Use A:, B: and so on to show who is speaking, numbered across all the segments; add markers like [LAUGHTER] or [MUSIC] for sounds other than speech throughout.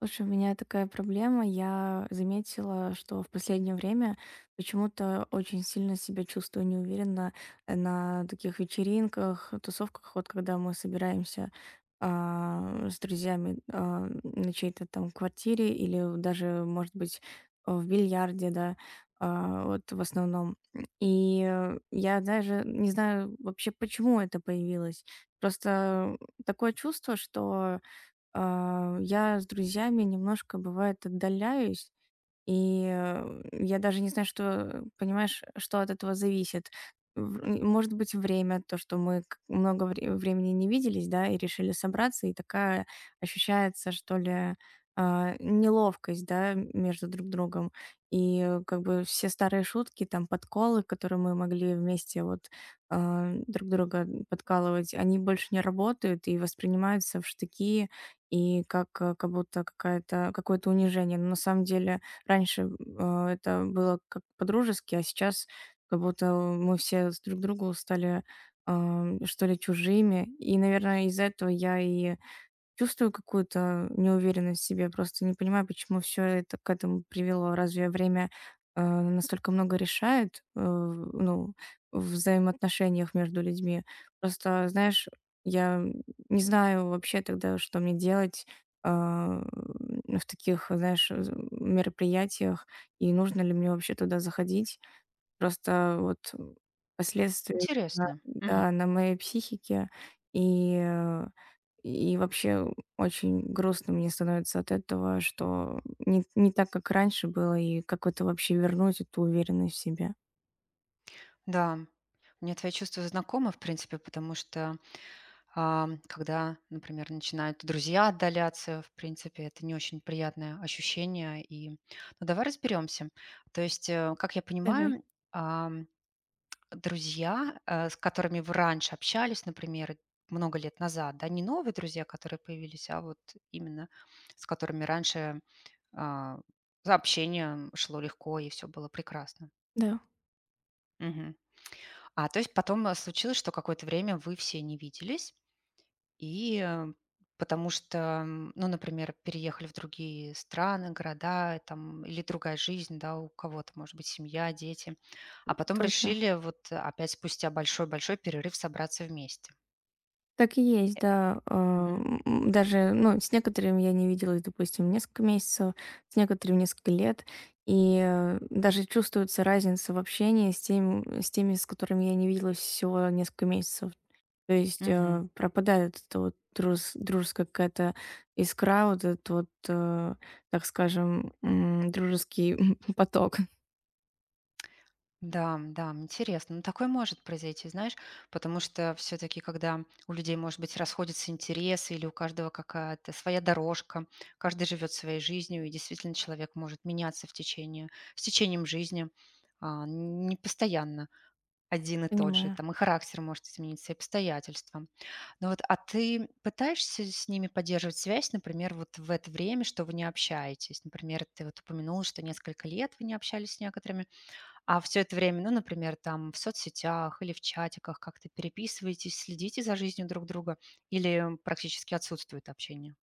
A: Слушай, у меня такая проблема. Я заметила, что в последнее время почему-то очень сильно себя чувствую неуверенно на таких вечеринках, тусовках, вот когда мы собираемся с друзьями на чьей-то там квартире или даже, может быть, в бильярде, да, вот в основном. И я даже не знаю вообще, почему это появилось. Просто такое чувство, что я с друзьями немножко, бывает, отдаляюсь, и я даже не знаю, что, понимаешь, что от этого зависит. Может быть, время, то, что мы к много времени не виделись, да, и решили собраться, и такая ощущается, что ли, неловкость, да, между друг другом. И как бы все старые шутки, там, подколы, которые мы могли вместе вот, друг друга подкалывать, они больше не работают и воспринимаются в штыки, и как будто какая-то какое-то унижение. Но на самом деле раньше это было как по-дружески, а сейчас как будто мы все с друг другу стали, что ли, чужими. И, наверное, из-за этого я и чувствую какую-то неуверенность в себе, просто не понимаю, почему все это к этому привело. Разве время, настолько много решает, ну, в взаимоотношениях между людьми? Просто, знаешь, я не знаю вообще тогда, что мне делать, а, в таких, знаешь, з мероприятиях, и нужно ли мне вообще туда заходить. Просто вот последствия, да,
B: Интересно. Мгм.
A: да, на моей психике. И, э, и вообще очень грустно мне становится от этого, что не так, как раньше было, и как это вообще вернуть, эту уверенность в себе.
B: Да, мне твои чувства знакомы, в принципе, потому что, когда, например, начинают друзья отдаляться, в принципе, это не очень приятное ощущение. И ну, давай разберемся. То есть, как я
A: Давай,
B: понимаю, ам, друзья, с которыми вы раньше общались, например, много лет назад, да, не новые друзья, которые появились, а вот именно с которыми раньше а, за общение шло легко и все было прекрасно.
A: да,
B: А, то есть потом, случилось, что какое-то время вы все не виделись, и, потому что, ну, например, переехали в другие страны, города, там, или другая жизнь, да, у кого-то, может быть, семья, дети, а потом
A: точно.
B: решили вот опять спустя большой-большой перерыв собраться вместе.
A: Так и есть, да. А,
B: Мгм.
A: м, даже, ну, с некоторыми я не виделась, допустим, несколько месяцев, с некоторыми несколько лет. И даже чувствуется разница в общении с теми, с которыми я не виделась всего несколько месяцев. То есть
B: Мгм.
A: пропадает эта вот дружеская какая-то искра, вот этот вот, так скажем, дружеский [LAUGHS] поток.
B: Да, да, интересно. Ну, такое может произойти, знаешь, потому что все-таки, когда у людей, может быть, расходятся интересы или у каждого какая-то своя дорожка, каждый живет своей жизнью, и действительно человек может меняться в течение, с течением жизни, не постоянно один и тот же,
A: Понимаю.
B: там и характер может измениться, и обстоятельства. Ну вот, а ты пытаешься с ними поддерживать связь, например, вот в это время, что вы не общаетесь? Например, ты вот упомянула, что несколько лет вы не общались с некоторыми. А все это время, ну, например, там в соцсетях или в чатиках как-то переписываетесь, следите за жизнью друг друга или практически отсутствует общение?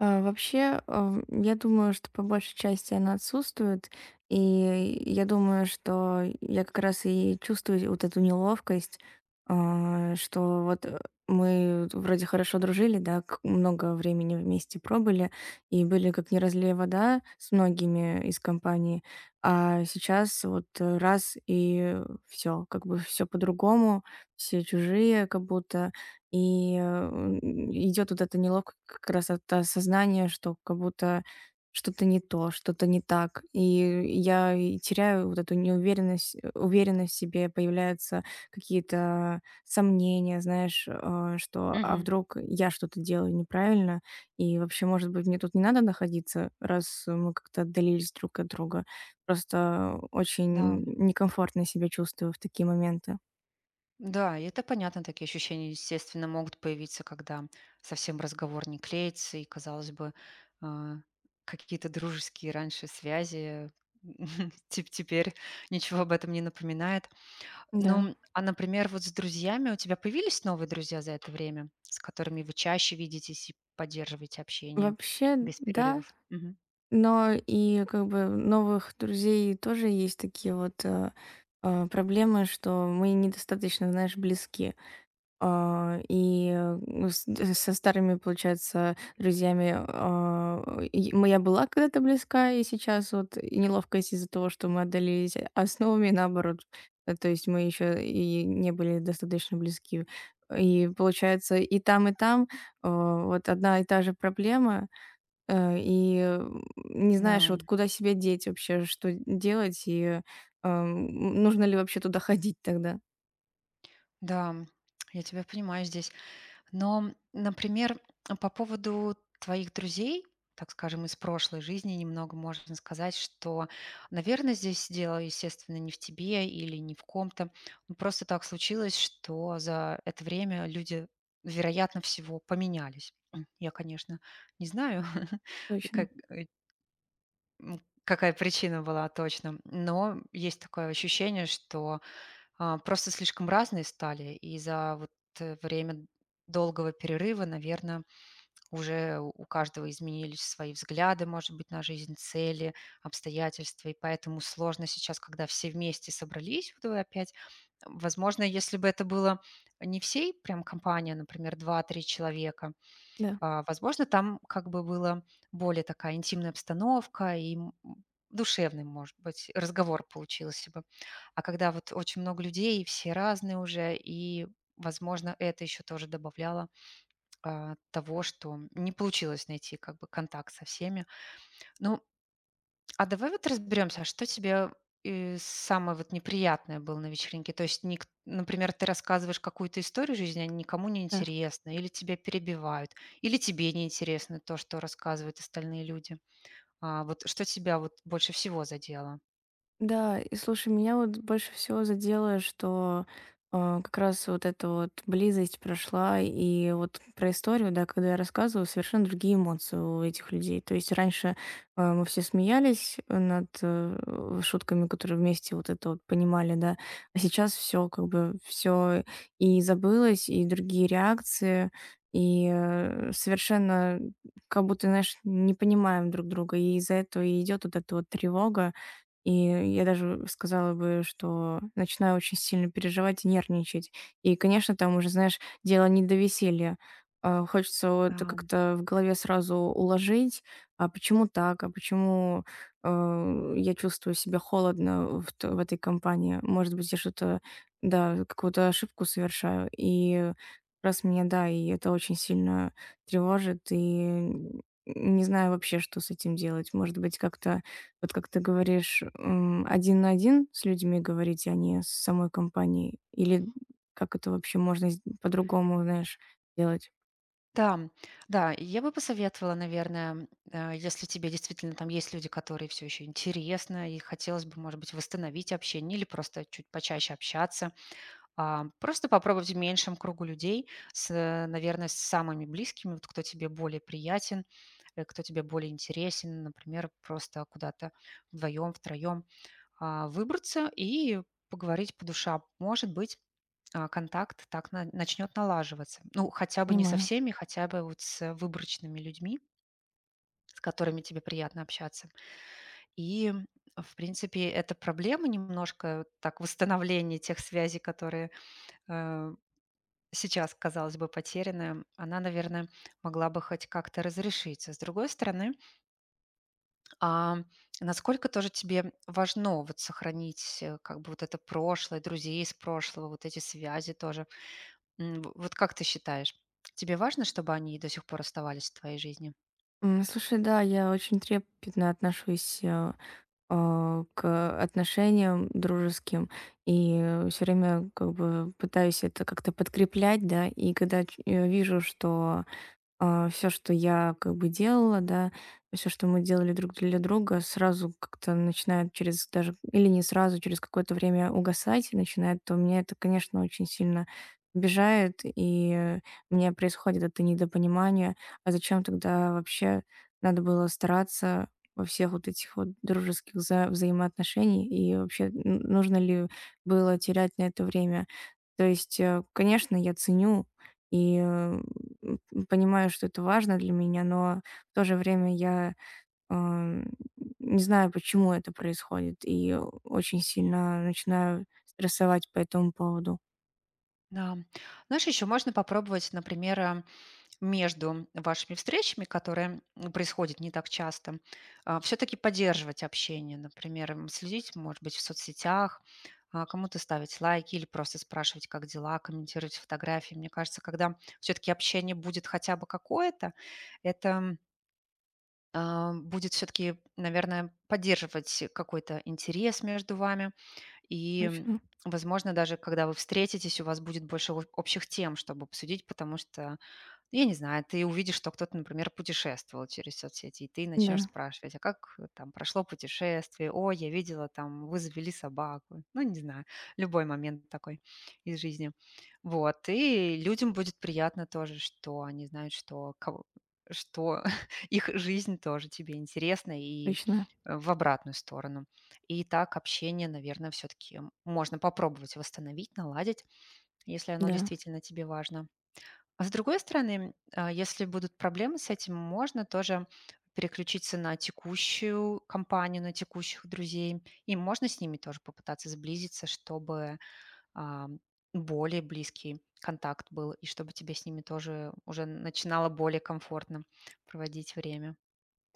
A: Вообще, я думаю, что по большей части она отсутствует, и я думаю, что я как раз и чувствую вот эту неловкость, что вот мы вроде хорошо дружили, да, много времени вместе пробыли, и были как не разлей вода с многими из компании, а сейчас вот раз и все, как бы все по-другому, все чужие как будто, и вот это неловкое как раз от осознания, что как будто что-то не то, что-то не так. И я и теряю вот эту уверенность в себе, появляются какие-то сомнения, знаешь, что: "А
B: Мгм.
A: вдруг я что-то делаю неправильно? И вообще, может быть, мне тут не надо находиться, раз мы как-то отдалились друг от друга?" Просто очень
B: Да,
A: некомфортно себя чувствую в такие моменты.
B: да, и это понятно, такие ощущения, естественно, могут появиться, когда совсем разговор не клеится, и, казалось бы, а, какие-то дружеские раньше связи, [LAUGHS] теперь ничего об этом не напоминает.
A: Да.
B: Ну, а, например, вот с друзьями у тебя появились новые друзья за это время, с которыми вы чаще видитесь и поддерживаете общение
A: Вообще,
B: без
A: да.
B: перерывов? Мгм.
A: Но и как бы новых друзей тоже есть такие вот проблемы, что мы недостаточно, знаешь, близки. И ну, со старыми, получается, друзьями я была когда-то близка, и сейчас вот и неловкость из-за того, что мы отдалились, а с новыми наоборот. То есть мы еще и не были достаточно близки. И получается, и там вот одна и та же проблема, Э, и, не
B: Да,
A: знаешь, вот куда себя деть вообще, что делать, и, эм, нужно ли вообще туда [LAUGHS] ходить тогда.
B: да, я тебя понимаю здесь. Но, например, по поводу твоих друзей, так скажем, из прошлой жизни немного можно сказать, что, наверное, здесь дело, естественно, не в тебе или не в ком-то. Ну, просто так случилось, что за это время люди, вероятно, всего поменялись. М, я, конечно, не знаю, [LAUGHS]
A: Точно,
B: как, какая причина была точно, но есть такое ощущение, что просто слишком разные стали, и за вот, время долгого перерыва, наверное, уже у каждого изменились свои взгляды, может быть, на жизнь, цели, обстоятельства, и поэтому сложно сейчас, когда все вместе собрались, вот вы опять. Возможно, если бы это было не всей прям компания, например, два-три человека,
A: да,
B: возможно, там как бы была более такая интимная обстановка и душевный, может быть, разговор получился бы. А когда вот очень много людей, и все разные уже, и, возможно, это еще тоже добавляло того, что не получилось найти как бы контакт со всеми. Ну, а давай вот разберемся, а что тебе, самое вот неприятное было на вечеринке? То есть ник например, ты рассказываешь какую-то историю жизни, а никому не
A: да.
B: интересно, или тебя перебивают, или тебе не интересно то, что рассказывают остальные люди. А, вот что тебя вот больше всего задело?
A: Да, и слушай, меня вот больше всего задело, что как раз вот эта вот близость прошла, и вот про историю, да, когда я рассказывала, совершенно другие эмоции у этих людей. То есть раньше мы все смеялись над шутками, которые вместе вот это вот понимали, да, а сейчас все как бы все и забылось, и другие реакции, и совершенно как будто, знаешь, не понимаем друг друга, и из-за этого и идет вот эта вот тревога, и я даже сказала бы, что начинаю очень сильно переживать и нервничать. И, конечно, там уже, знаешь, дело не до веселья. Хочется вот
B: Ам,
A: как-то в голове сразу уложить, а почему так, а почему я чувствую себя холодно в этой компании. Может быть, я что-то, да, какую-то ошибку совершаю. И раз меня, да, и это очень сильно тревожит, и м, не знаю вообще, что с этим делать. Может быть, как-то вот как ты говоришь, один на один с людьми говорить, а не с самой компанией? Или как это вообще можно по-другому, знаешь, делать?
B: да, да, и я бы посоветовала, наверное, если тебе действительно там есть люди, которые все еще интересно, и хотелось бы, может быть, восстановить общение или просто чуть почаще общаться, а, просто попробовать в меньшем кругу людей, с, наверное, с самыми близкими, вот кто тебе более приятен, кто тебе более интересен, например, просто куда-то вдвоем, втроем выбраться и поговорить по душам. Может быть, контакт так начнет налаживаться. Ну, хотя бы не со
A: Понимаю.
B: всеми, хотя бы вот с выборочными людьми, с которыми тебе приятно общаться. И, в принципе, эта проблема немножко так восстановление тех связей, которые э, сейчас, казалось бы, потерянная, она, наверное, могла бы хоть как-то разрешиться. С другой стороны, а, насколько тоже тебе важно вот сохранить как бы вот это прошлое, друзей из прошлого, вот эти связи тоже? Вот как ты считаешь, тебе важно, чтобы они до сих пор оставались в твоей жизни?
A: Слушай, да, я очень трепетно отношусь к отношениям дружеским и все время как бы пытаюсь это как-то подкреплять, да, и когда вижу, что все, что я как бы делала, да, все, что мы делали друг для друга, сразу как-то начинает через даже, или не сразу, через какое-то время угасать и начинает, то меня это, конечно, очень сильно обижает, и у меня происходит это недопонимание, а зачем тогда вообще надо было стараться во всех вот этих вот дружеских взаимоотношений, и вообще нужно ли было терять на это время. То есть, конечно, я ценю и понимаю, что это важно для меня, но в то же время я, ам, не знаю, почему это происходит, и очень сильно начинаю стрессовать по этому поводу.
B: Да. Знаешь, еще можно попробовать, например, между вашими встречами, которые, происходят не так часто, все таки поддерживать общение? Например, следить, может быть, в соцсетях, кому-то ставить лайки или просто спрашивать, как дела, комментировать фотографии. Мне кажется, когда все таки общение будет хотя бы какое-то, это, будет все таки наверное, поддерживать какой-то интерес между вами. И,
A: Точно,
B: возможно, даже когда вы встретитесь, у вас будет больше о общих тем, чтобы обсудить, потому что я не знаю, ты увидишь, что кто-то, например, путешествовал через соцсети, и ты начнешь
A: да,
B: спрашивать, а как там прошло путешествие? О, я видела, там вы завели собаку. Ну, не знаю, любой момент такой из жизни. Вот, и людям будет приятно тоже, что они знают, что, что [LAUGHS] их жизнь тоже тебе интересна и
A: точно,
B: в обратную сторону. И так общение, наверное, все-таки можно попробовать восстановить, наладить, если оно
A: да.
B: действительно тебе важно. А с другой стороны, если будут проблемы с этим, можно тоже переключиться на текущую компанию, на текущих друзей. И можно с ними тоже попытаться сблизиться, чтобы а, более близкий контакт был, и чтобы тебе с ними тоже уже начинало более комфортно проводить время.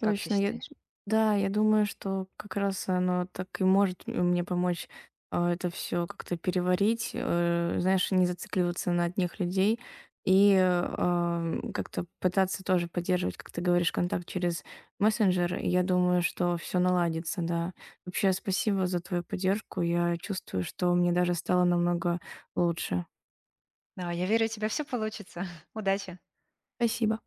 B: Как ты
A: я
B: считаешь?
A: да, я думаю, что как раз оно так и может мне помочь, это все как-то переварить, знаешь, не зацикливаться на одних людей и как-то пытаться тоже поддерживать, как ты говоришь, контакт через мессенджер. И я думаю, что все наладится, да. Вообще, спасибо за твою поддержку. Я чувствую, что мне даже стало намного лучше.
B: Да, я верю, у тебя все получится. [LAUGHS] Удачи!
A: Спасибо.